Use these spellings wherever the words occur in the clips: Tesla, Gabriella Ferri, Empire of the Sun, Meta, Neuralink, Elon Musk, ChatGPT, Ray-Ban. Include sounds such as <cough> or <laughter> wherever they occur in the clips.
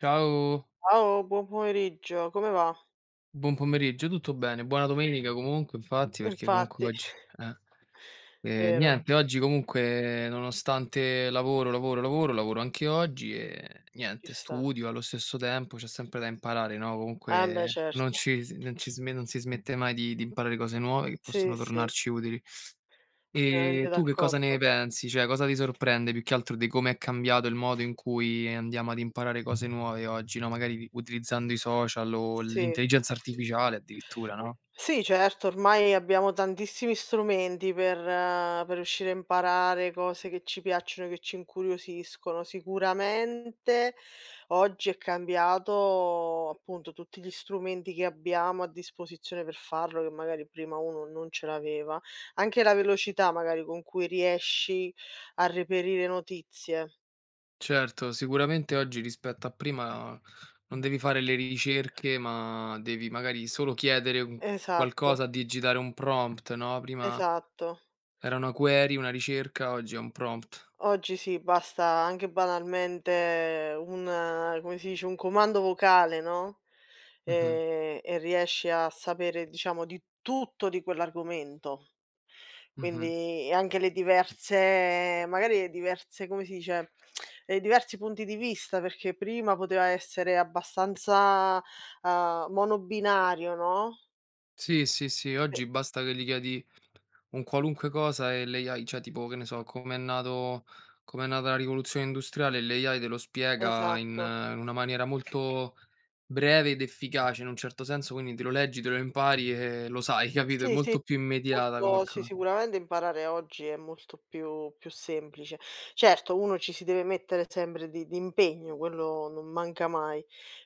Ciao, Ciao, buon pomeriggio, come va? buon pomeriggio, tutto bene, buona domenica comunque infatti perché comunque Infatti, oggi eh, vero, niente oggi comunque nonostante lavoro, lavoro, lavoro, lavoro anche oggi e ci niente sta. studio allo stesso tempo, c'è sempre da imparare, no, Ah, beh comunque certo. Non si smette mai di imparare cose nuove che Sì, possono sì, tornarci utili. pienamente E tu che cosa d'accordo. ne pensi? Cioè, cosa ti sorprende più che altro di come è cambiato il modo in cui andiamo ad imparare cose nuove oggi, no, magari utilizzando i social o Sì. l'intelligenza artificiale addirittura, no? Sì, certo, ormai abbiamo tantissimi strumenti per riuscire a imparare cose che ci piacciono, che ci incuriosiscono. Sicuramente oggi è cambiato, appunto, tutti gli strumenti che abbiamo a disposizione per farlo, che magari prima uno non ce l'aveva. Anche la velocità magari con cui riesci a reperire notizie. Certo, sicuramente oggi rispetto a prima non devi fare le ricerche, ma devi magari solo chiedere un Esatto, qualcosa, digitare un prompt, no, prima esatto. era una query, una ricerca, oggi è un prompt. Oggi sì, basta anche banalmente un come si dice, un comando vocale, no, Mh-mh, e riesci a sapere, diciamo, di tutto di quell'argomento. mh-mh. Quindi e anche le diverse, come si dice, i diversi punti di vista, perché prima poteva essere abbastanza, monobinario, no, Sì, sì, sì, e oggi basta che gli chiedi un qualunque cosa e l'AI cioè tipo, che ne so, come è nata la rivoluzione industriale, l'AI te lo spiega in esatto. In una maniera molto breve ed efficace in un certo senso, quindi te lo leggi, te lo impari e lo sai, <laughs> capito? È Sì, sì. molto più immediata come Molto sì, co. sicuramente imparare oggi è molto più semplice. Certo, uno ci si deve mettere sempre di impegno, quello non manca mai,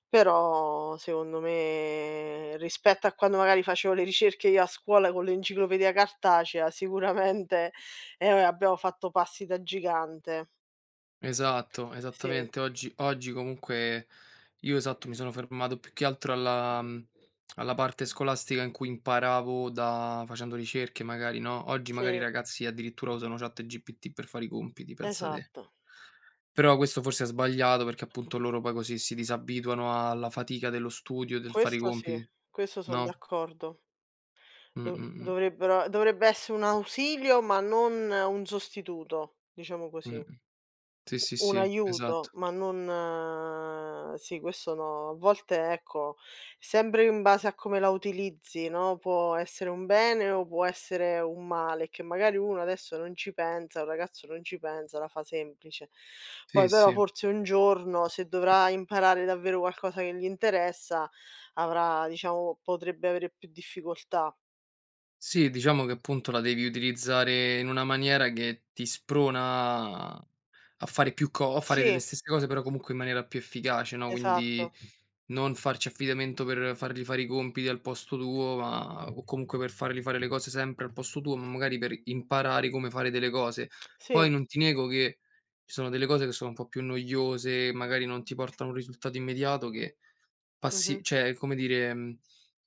però secondo me rispetto a quando magari facevo le ricerche io a scuola con l'enciclopedia cartacea sicuramente, abbiamo fatto passi da gigante. Esatto, Sì, esattamente. Oggi comunque io esatto, mi sono fermato più che altro alla alla parte scolastica in cui imparavo da facendo ricerche magari, no, oggi magari i sì, ragazzi addirittura usano ChatGPT per fare i compiti, pensa te. esatto. Però questo forse è sbagliato perché appunto loro poi così si disabituano alla fatica dello studio, del fare i Questo sì, compiti, questo son no? d'accordo. Mh, Do mh, mh, dovrebbero Dovrebbe essere un ausilio, ma non un sostituto, diciamo così. mh-mh. Sì, sì, Un sì, aiuto, esatto. ma non sì, questo no. A volte, ecco, sempre in base a come la utilizzi, no, può essere un bene o può essere un male, che magari uno adesso non ci pensa, un ragazzo non ci pensa, la fa semplice. Poi Sì, però sì. forse un giorno, se dovrà imparare davvero qualcosa che gli interessa, avrà, diciamo, potrebbe avere più difficoltà. Sì, diciamo che appunto la devi utilizzare in una maniera che ti sprona a fare più co a fare delle Sì. stesse cose, però comunque in maniera più efficace, no, Esatto. quindi non farci affidamento per fargli fare i compiti al posto tuo, ma o comunque per fargli fare le cose sempre al posto tuo, ma magari per imparare come fare delle cose. Sì. Poi non ti nego che ci sono delle cose che sono un po' più noiose, magari non ti portano un risultato immediato che Mh-mh. passi cioè come dire, mhmm,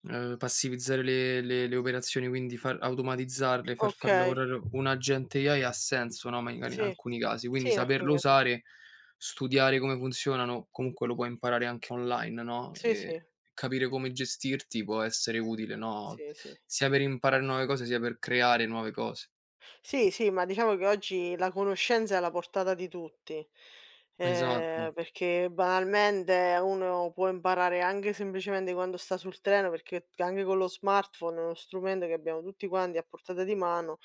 ehm, passivizzare le operazioni, quindi far automatizzarle, far Okay. lavorare un agente AI ha senso, no, magari in Sì. alcuni casi, quindi Sì, in alcuni saperlo casi sì. usare, studiare come funzionano, comunque lo puoi imparare anche online, no, Sì, sì. capire come gestirti può essere utile, no, Sì, sì. sia per imparare nuove cose, sia per creare nuove cose. Sì, sì, ma diciamo che oggi la conoscenza è alla portata di tutti, Esatto, perché banalmente uno può imparare anche semplicemente quando sta sul treno, perché anche con lo smartphone è uno strumento che abbiamo tutti quanti a portata di mano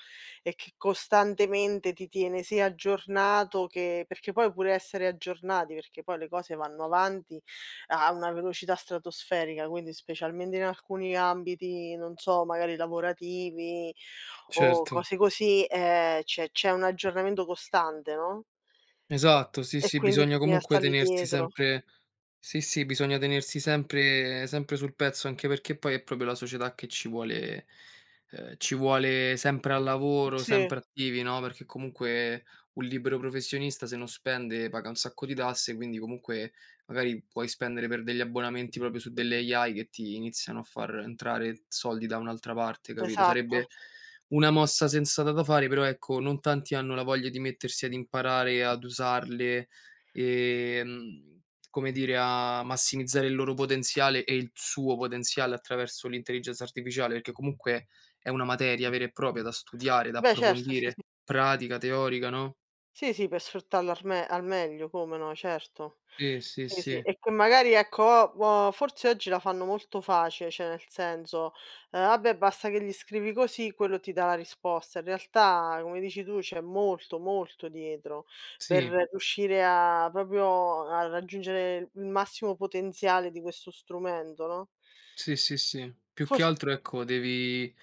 e che costantemente ti tiene sia aggiornato, che perché poi pure essere aggiornati, perché poi le cose vanno avanti a una velocità stratosferica, quindi specialmente in alcuni ambiti, non so, magari lavorativi o certo. cose così, c'è un aggiornamento costante, no, e Esatto, sì, e sì, quindi bisogna bisogna comunque stargli tenersi dietro. sempre sì, sì, bisogna tenersi sempre sul pezzo, anche perché poi è proprio la società che ci vuole sempre al lavoro, Sì, sempre attivi, no, perché comunque un libero professionista se non spende paga un sacco di tasse, quindi comunque magari puoi spendere per degli abbonamenti proprio su delle AI che ti iniziano a far entrare soldi da un'altra parte, capito? esatto. Sarebbe una mossa sensata da fare, però ecco, non tanti hanno la voglia di mettersi ad imparare ad usarle, ehm, come dire, a massimizzare il loro potenziale e il suo potenziale attraverso l'intelligenza artificiale, perché comunque è una materia vera e propria da studiare, da Beh certo, sì, approfondire, sì. pratica, teorica, no? Sì, sì, per sfruttarla al meglio, come no, certo. Sì, sì, Sì, sì, sì. e che magari ecco, forse oggi la fanno molto facile, cioè nel senso, "Vabbè basta che gli scrivi così, quello ti dà la risposta." In realtà, come dici tu, c'è molto, molto dietro per Sì. riuscire a proprio a raggiungere il massimo potenziale di questo strumento, no? Sì, sì, sì. Più che Fors altro, ecco, devi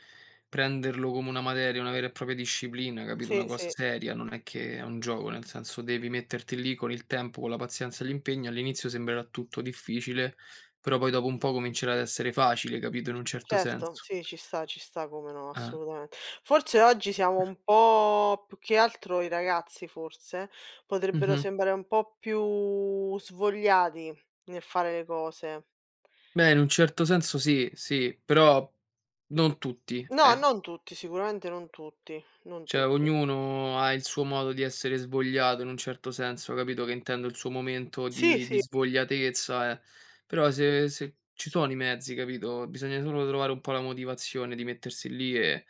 prenderlo come una materia, una vera e propria disciplina, capito, una Sì, cosa sì. seria, non è che è un gioco, nel senso devi metterti lì con il tempo, con la pazienza e l'impegno. All'inizio sembrerà tutto difficile, però poi dopo un po' comincerà ad essere facile, capito, in un certo Certo, senso. sì, ci sta, come no, Eh. assolutamente. Forse oggi siamo un po' più, che altro i ragazzi forse, potrebbero Mh-mh. sembrare un po' più svogliati nel fare le cose. Beh, in un certo senso sì, sì, però non tutti, No, eh. non tutti, sicuramente non tutti, non Cioè tutti. ognuno ha il suo modo di essere svogliato in un certo senso, capito che intendo? Il suo momento Sì, di sì. svogliatezza, eh. Però se ci sono i mezzi, capito? Bisogna solo trovare un po' la motivazione di mettersi lì e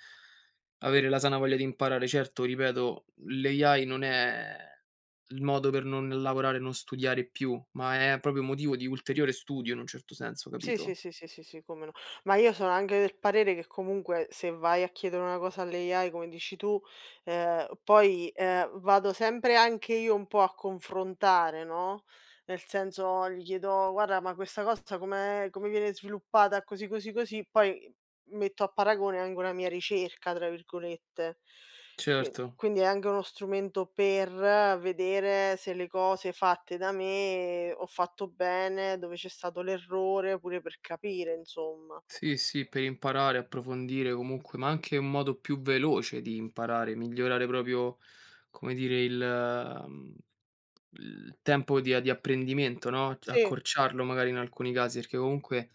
avere la sana voglia di imparare. Certo, ripeto, l'AI non è il modo per non lavorare e non studiare più, ma è proprio motivo di ulteriore studio in un certo senso, Sì, sì, capito? sì, sì, sì, sì, come no. Ma io sono anche del parere che comunque se vai a chiedere una cosa all'AI, come dici tu, vado sempre anche io un po' a confrontare, no, nel senso gli chiedo: "Guarda, ma questa cosa come viene sviluppata così, così, così", poi metto a paragone anche una mia "ricerca" tra virgolette. Qui Certo. quindi è anche uno strumento per vedere se le cose fatte da me ho fatto bene, dove c'è stato l'errore, pure per capire, insomma. Sì, sì, per imparare, approfondire comunque, ma anche un modo più veloce di imparare, migliorare proprio, come dire, il tempo di apprendimento, no, c Sì, accorciarlo magari in alcuni casi, perché comunque,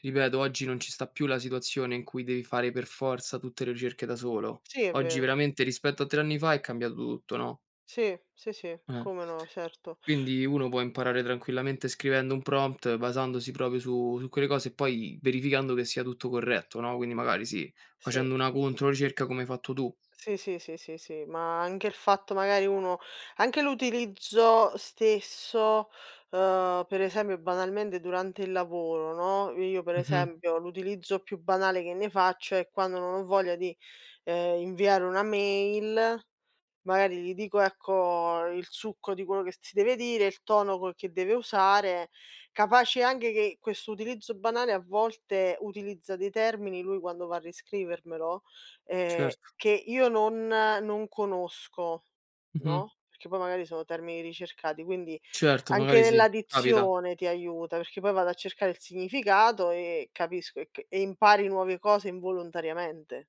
ripeto, oggi non ci sta più la situazione in cui devi fare per forza tutte le ricerche da solo. sì è Oggi vero. veramente rispetto a 3 anni fa è cambiato tutto, no, Sì, sì, sì, eh. come no, certo, Quindi uno può imparare tranquillamente scrivendo un prompt, basandosi proprio su quelle cose e poi verificando che sia tutto corretto, no, quindi magari sì, sì. facendo una controricerca come hai fatto tu. Sì, sì, sì, sì, sì, ma anche il fatto magari uno anche l'utilizzo stesso, per esempio banalmente durante il lavoro, no, io per Mh-mh, esempio l'utilizzo più banale che ne faccio è quando non ho voglia di, inviare una mail. Magari gli dico, ecco, il succo di quello che si deve dire, il tono co che deve usare, capace anche che questo utilizzo banale a volte utilizza dei termini lui quando va a riscrivermelo, certo, che io non conosco, mh-mh. no, perché poi magari sono termini ricercati, quindi Certo, anche magari sì, nella capita. dizione ti aiuta, perché poi vado a cercare il significato e capisco e c e impari nuove cose involontariamente.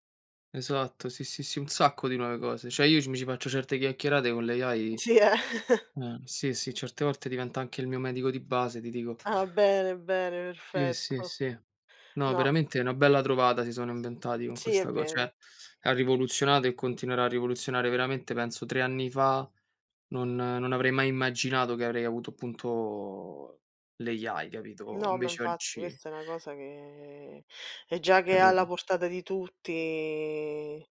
Esatto, sì, sì, sì, un sacco di nuove cose. Cioè io c Mi ci faccio certe chiacchierate con l'AI Sì, eh. <laughs> Sì, sì, certe volte diventa anche il mio medico di base, ti dico. Ah, bene, bene, Sì, sì, perfetto. sì. No, No, veramente è una bella trovata si sono inventati con sì è questa co vero. cioè ha rivoluzionato e continuerà a rivoluzionare veramente penso 3 anni fa non avrei mai immaginato che avrei avuto appunto l'AI, capito, No, ma invece infatti oggi questa è una cosa che già che è alla capito? portata di tutti,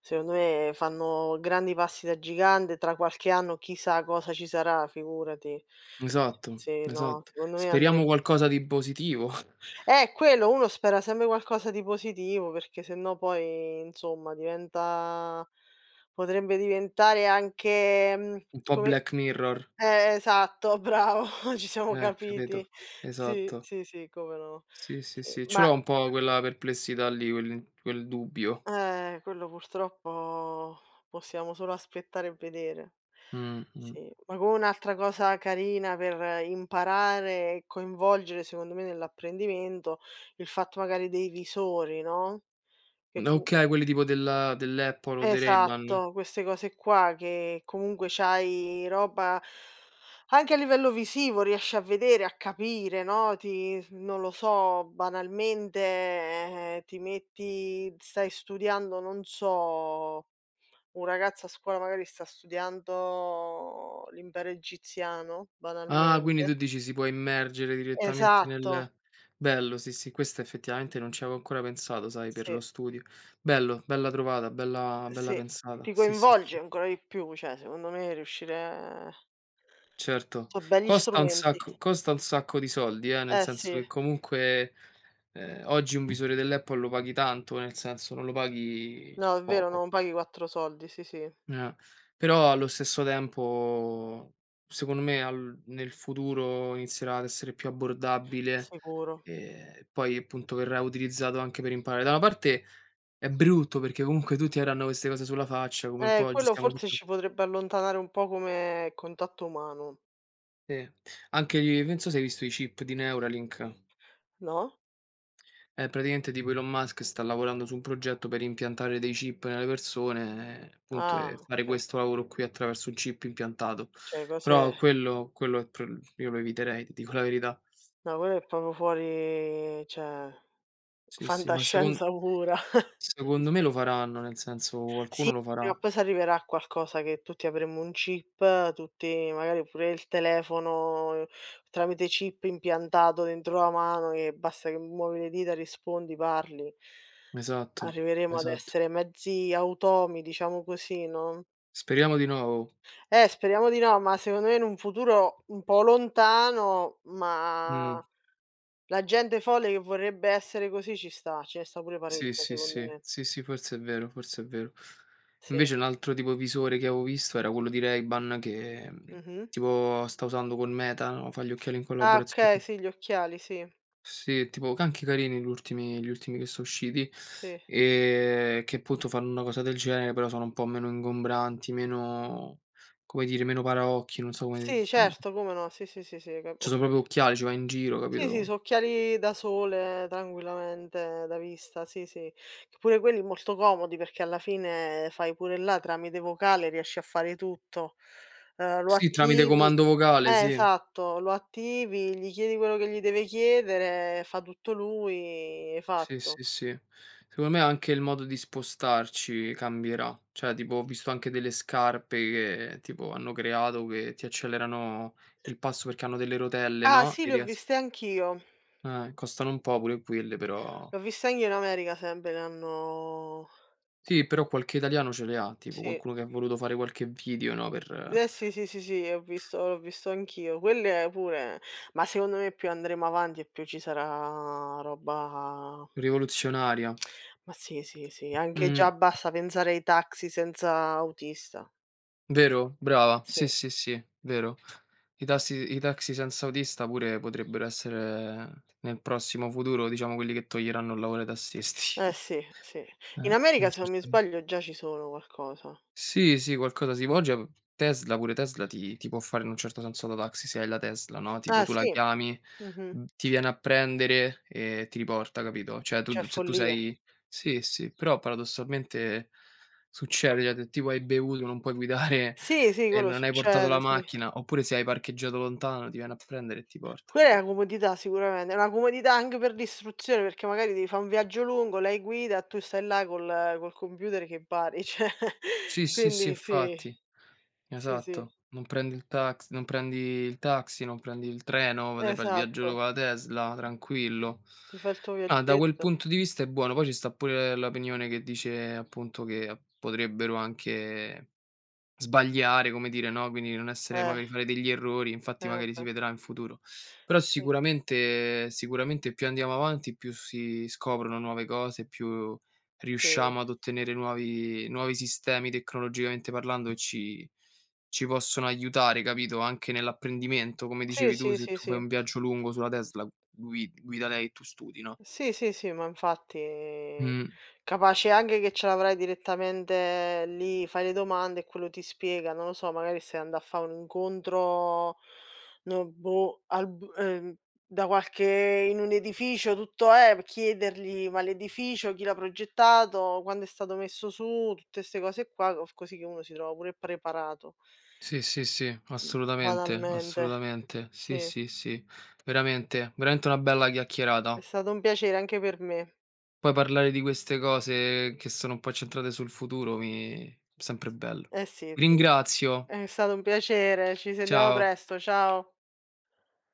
secondo me fanno grandi passi da gigante, tra qualche anno chissà cosa ci sarà, figurati. Esatto, Sì, no, esatto. secondo me Speriamo andre qualcosa di positivo, <laughs> quello, uno spera sempre qualcosa di positivo, perché se no poi insomma diventa potrebbe diventare anche, mhmm, un po' come Black Mirror. eh, esatto, bravo, <laughs> ci siamo Capito? capiti. Sì, Esatto. sì, sì, come no. Sì, sì, Sì, sì, ce ma l'ho un po' quella perplessità lì, quel dubbio. Quello purtroppo possiamo solo aspettare e vedere. Mh, mh. Sì, ma come un'altra cosa carina per imparare e coinvolgere, secondo me, nell'apprendimento, il fatto magari dei visori, no, che N com okay, quelli tipo della dell'Apple o dei Ray-Ban. esatto, queste cose qua che comunque c'hai roba anche a livello visivo riesci a vedere, a capire, no, ti non lo so, banalmente, ti metti stai studiando, non so, un ragazzo a scuola magari sta studiando l'impero egiziano, Ah, quindi tu banalmente. dici si può immergere direttamente Esatto, nel bello, sì, sì, questa effettivamente non ci avevo ancora pensato, sai, per lo sì, studio. Bello, bella trovata, bella sì, pensata. ti Sì, sì, coinvolge sì, ancora di più, cioè secondo me riuscire certo. so' begli strumenti. Costa un sacco di soldi, nel Eh senso sì. che comunque, oggi un visore dell'Apple lo paghi tanto, nel senso non lo paghi No, è vero, poco. non paghi 4 soldi, sì, sì, Eh, però allo stesso tempo secondo me al nel futuro inizierà ad essere più abbordabile sicuro. e poi appunto verrà utilizzato anche per imparare. Da una parte è brutto perché comunque tutti avranno queste cose sulla faccia, come un po' oggi Quello stiamo forse tutti ci potrebbe allontanare un po' come contatto umano, sì, anche gli penso se hai visto i chip di Neuralink. no? Praticamente tipo Elon Musk sta lavorando su un progetto per impiantare dei chip nelle persone, appunto, Ah, e fare okay. questo lavoro qui attraverso un chip impiantato. Cioè Però cose quello è pr io lo eviterei, ti dico la verità. No, quello è proprio fuori, cioè, Sì, sì, ma secon fantascienza pura. <laughs> secondo me lo faranno, nel senso Sì, qualcuno lo prima o farà. poi s'arriverà a qualcosa che tutti avremo un chip, tutti magari pure il telefono tramite chip impiantato dentro la mano, che basta che muovi le dita, rispondi, parli. Esatto, Arriveremo ad esatto. essere mezzi automi, diciamo così, no, Speriamo di no, oh. Speriamo di no, ma secondo me in un futuro un po' lontano, ma Mh. la gente folle che vorrebbe essere così ci sta, ce ne sta pure Sì, parecchia sì, secondo sì. me. Sì, sì, forse è vero, forse è vero. Sì. Invece un altro tipo visore che avevo visto era quello di Ray-Ban che, Mh-mh. tipo sta usando con Meta, no, fa gli occhiali in Ah collaborazio okay, sì, gli occhiali, sì. sì, tipo ca anche carini gli ultimi che so' usciti, Sì. Che appunto fanno una cosa del genere, però sono un po' meno ingombranti, meno come dire, meno paraocchi, non so come Sì certo, come no. Sì, sì, sì, sì, hai cap cioè o so' proprio occhiali, ci vai in giro, sì, sì, capito? so' occhiali da sole tranquillamente, da vista, sì, sì. Che pure quelli molto comodi perché alla fine fai pure là tramite vocale riesci a fare tutto. Lo Sì, tramite attivi comando vocale, Eh, sì. esatto, lo attivi, gli chiedi quello che gli deve chiedere, fa tutto lui, e Sì, fatto. sì, sì. Secondo me anche il modo di spostarci cambierà. Cioè, tipo, ho visto anche delle scarpe che, tipo, hanno creato che ti accelerano il passo perché hanno delle rotelle, Ah no, sì, e li ho ries viste anch'io. Costano un po' pure quelle, però Li ho viste anch'io in America sempre, li hanno sì, però qualche italiano ce le ha, tipo sì. qualcuno che ha voluto fare qualche video, no, per Eh sì, sì, sì, sì, ho visto l'ho visto anch'io. Quelle pure Ma secondo me più andremo avanti e più ci sarà roba. rivoluzionaria. Ma sì, sì, sì, anche Mh. già basta pensare ai taxi senza autista. Vero, brava. Sì. Sì, sì, sì, vero. I taxi senza autista pure potrebbero essere nel prossimo futuro, diciamo, quelli che toglieranno il lavoro ai tassisti. Eh <laughs> sì, sì. In Eh, America se non mi certo. sbaglio già ci sono qualcosa. Sì, sì, qualcosa si può. Oggi av Tesla pure Tesla ti ti può fare in un certo senso da taxi se hai la Tesla, no, tipo Ah tu la sì? chiami, Mh-mh. Ti viene a prendere e ti riporta, capito? Cioè tu Cioè d se tu follia. sei sì, sì, però paradossalmente succede, cioè se tipo hai bevuto, non puoi guidare Sì, sì, e quello non hai portato la succede, sì. macchina, oppure se hai parcheggiato lontano, ti viene a prendere e ti porta, Quella è la capito? comodità sicuramente, è una comodità anche per l'istruzione, perché magari devi fa' un viaggio lungo, lei guida, tu stai là col computer che impari, cioè Sì, <laughs> sì, sì, quindi sì. infatti. Sì, sì, Esatto. Non prendi il taxi, non prendi il treno, te fai il viaggio esatto. con la Tesla, tranquillo. Ti fai il tuo Ah, da quel viaggetto. punto di vista è buono. Poi ci sta pure l'opinione che dice appunto che potrebbero anche sbagliare, come dire, no, quindi non essere Eh, magari fare degli errori, infatti eh magari si vabbè. vedrà in futuro. Però Sì, sicuramente più andiamo avanti, più si scoprono nuove cose, più sì. riusciamo ad ottenere nuovi sistemi tecnologicamente parlando che ci possono aiutare, capito, anche nell'apprendimento. Come Sì, dicevi tu, sì, se sì, tu fai sì. un viaggio lungo sulla Tesla, guida lei e tu studi, no? Sì, sì, sì, ma infatti Mh. capace anche che ce l'avrai direttamente lì, fai le domande e quello ti spiega, non lo so, magari stai andando a fa' un incontro, no, boh, al b da qualche in un edificio tutto chiedergli: "Ma l'edificio chi l'ha progettato, quando è stato messo su", tutte 'ste cose qua, co così che uno si trova pure preparato. Sì, sì, sì, mhmm, assolutamente, Banalmente. assolutamente. Sì, Sì, sì, sì. Veramente, una bella è chiacchierata. stato un piacere anche per me. Poi parlare di queste cose che sono un po' centrate sul futuro mi sempre bello. Eh sì, sì. Ringrazio. È stato un piacere, ci sentiamo Ciao. presto, ciao.